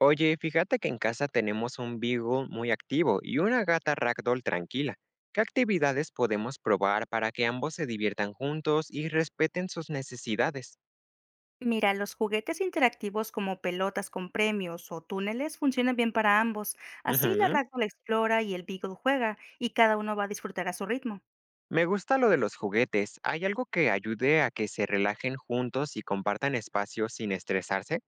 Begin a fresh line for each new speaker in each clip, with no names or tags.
Oye, fíjate que en casa tenemos un beagle muy activo y una gata ragdoll tranquila. ¿Qué actividades podemos probar para que ambos se diviertan juntos y respeten sus necesidades?
Mira, los juguetes interactivos como pelotas con premios o túneles funcionan bien para ambos. Así la
Ujú.
Ragdoll explora y el Beagle juega, y cada uno va a disfrutar a su ritmo.
Me gusta lo de los juguetes. ¿Hay algo que ayude a que se relajen juntos y compartan espacio sin estresarse?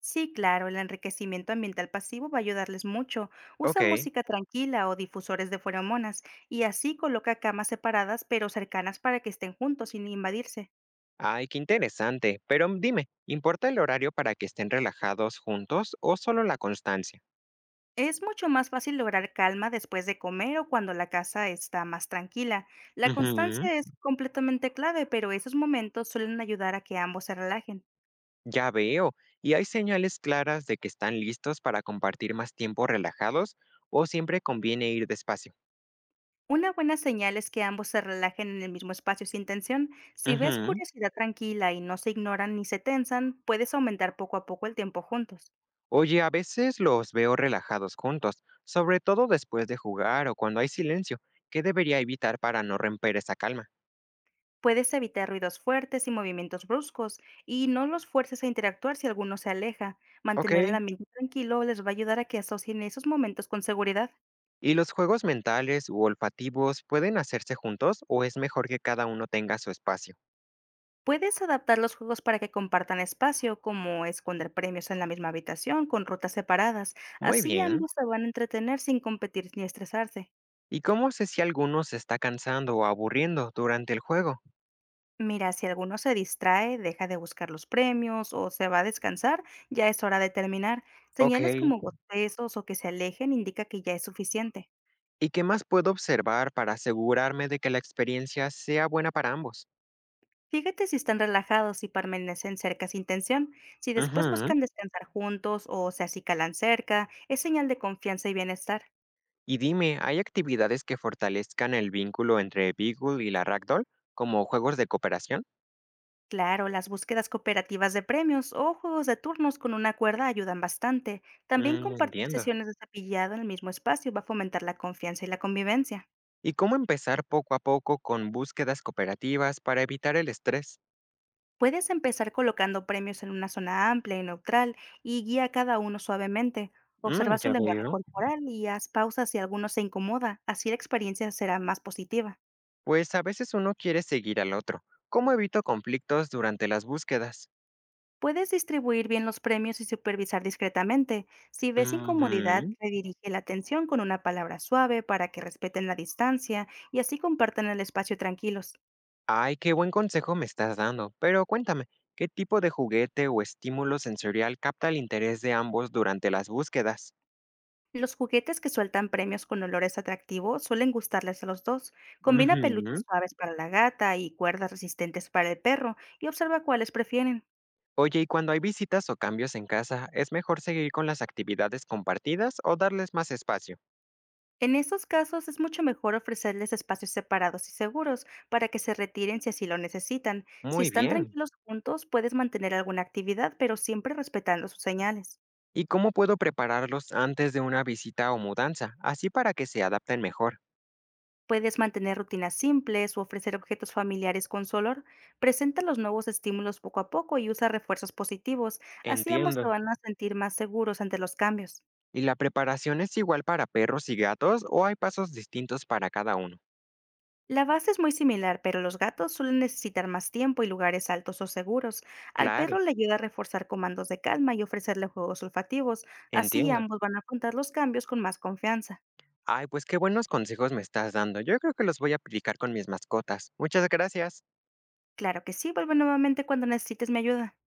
Sí, claro, el enriquecimiento ambiental pasivo va a ayudarles mucho. Usa
Ok.
música tranquila o difusores de feromonas, y así coloca camas separadas pero cercanas para que estén juntos sin invadirse.
Ay, qué interesante. Pero dime, ¿importa el horario para que estén relajados juntos o solo la constancia?
Es mucho más fácil lograr calma después de comer o cuando la casa está más tranquila. La
Ujú.
constancia es completamente clave, pero esos momentos suelen ayudar a que ambos se relajen.
Ya veo. ¿Y hay señales claras de que están listos para compartir más tiempo relajados o siempre conviene ir despacio?
Una buena señal es que ambos se relajen en el mismo espacio sin tensión. Si ves
Ujú.
curiosidad tranquila y no se ignoran ni se tensan, puedes aumentar poco a poco el tiempo juntos.
Oye, a veces los veo relajados juntos, sobre todo después de jugar o cuando hay silencio. ¿Qué debería evitar para no romper esa calma?
Puedes evitar ruidos fuertes y movimientos bruscos y no los fuerces a interactuar si alguno se aleja. Mantener el
Ok.
ambiente tranquilo les va a ayudar a que asocien esos momentos con seguridad.
¿Y los juegos mentales u olfativos pueden hacerse juntos o es mejor que cada uno tenga su espacio?
Puedes adaptar los juegos para que compartan espacio, como esconder premios en la misma habitación con rutas separadas.
Muy
Así
bien.
ambos se van a entretener sin competir ni estresarse.
¿Y cómo sé si alguno se está cansando o aburriendo durante el juego?
Mira, si alguno se distrae, deja de buscar los premios o se va a descansar, ya es hora de terminar.
Ok.
Señales como bostezos o que se alejen indica que ya es suficiente.
¿Y qué más puedo observar para asegurarme de que la experiencia sea buena para ambos?
Fíjate si están relajados y permanecen cerca sin tensión. Si después
Ujú.
buscan descansar juntos o se acicalan cerca, es señal de confianza y bienestar.
Y dime, ¿hay actividades que fortalezcan el vínculo entre Beagle y la Ragdoll, como juegos de cooperación?
Claro, las búsquedas cooperativas de premios o juegos de turnos con una cuerda ayudan bastante. También compartir
Entiendo.
sesiones de cepillado en el mismo espacio va a fomentar la confianza y la convivencia.
¿Y cómo empezar poco a poco con búsquedas cooperativas para evitar el estrés?
Puedes empezar colocando premios en una zona amplia y neutral y guía a cada uno suavemente. Observa su
Ya
lenguaje
veo.
corporal y haz pausas si alguno se incomoda, así la experiencia será más positiva.
Pues a veces uno quiere seguir al otro. ¿Cómo evito conflictos durante las búsquedas?
Puedes distribuir bien los premios y supervisar discretamente. Si ves incomodidad,
Ujú.
redirige la atención con una palabra suave para que respeten la distancia y así compartan el espacio tranquilos.
Ay, qué buen consejo me estás dando, pero cuéntame, ¿qué tipo de juguete o estímulo sensorial capta el interés de ambos durante las búsquedas?
Los juguetes que sueltan premios con olores atractivos suelen gustarles a los dos. Combina
Ujú.
peluches suaves para la gata y cuerdas resistentes para el perro y observa cuáles prefieren.
Oye, ¿y cuando hay visitas o cambios en casa, es mejor seguir con las actividades compartidas o darles más espacio?
En estos casos es mucho mejor ofrecerles espacios separados y seguros para que se retiren si así lo necesitan. Si
Muy
están
bien.
tranquilos juntos, puedes mantener alguna actividad, pero siempre respetando sus señales.
¿Y cómo puedo prepararlos antes de una visita o mudanza, así para que se adapten mejor?
Puedes mantener rutinas simples o ofrecer objetos familiares con color. Presenta los nuevos estímulos poco a poco y usa refuerzos positivos. Así ambos se
Entiendo.
van a sentir más seguros ante los cambios.
¿Y la preparación es igual para perros y gatos o hay pasos distintos para cada uno?
La base es muy similar, pero los gatos suelen necesitar más tiempo y lugares altos o seguros. Al
Claro,
perro le ayuda a reforzar comandos de calma y ofrecerle juegos olfativos. Así
entiendo.
ambos van a afrontar los cambios con más confianza.
Ay, pues qué buenos consejos me estás dando. Yo creo que los voy a aplicar con mis mascotas. Muchas gracias.
Claro que sí, vuelve nuevamente cuando necesites mi ayuda.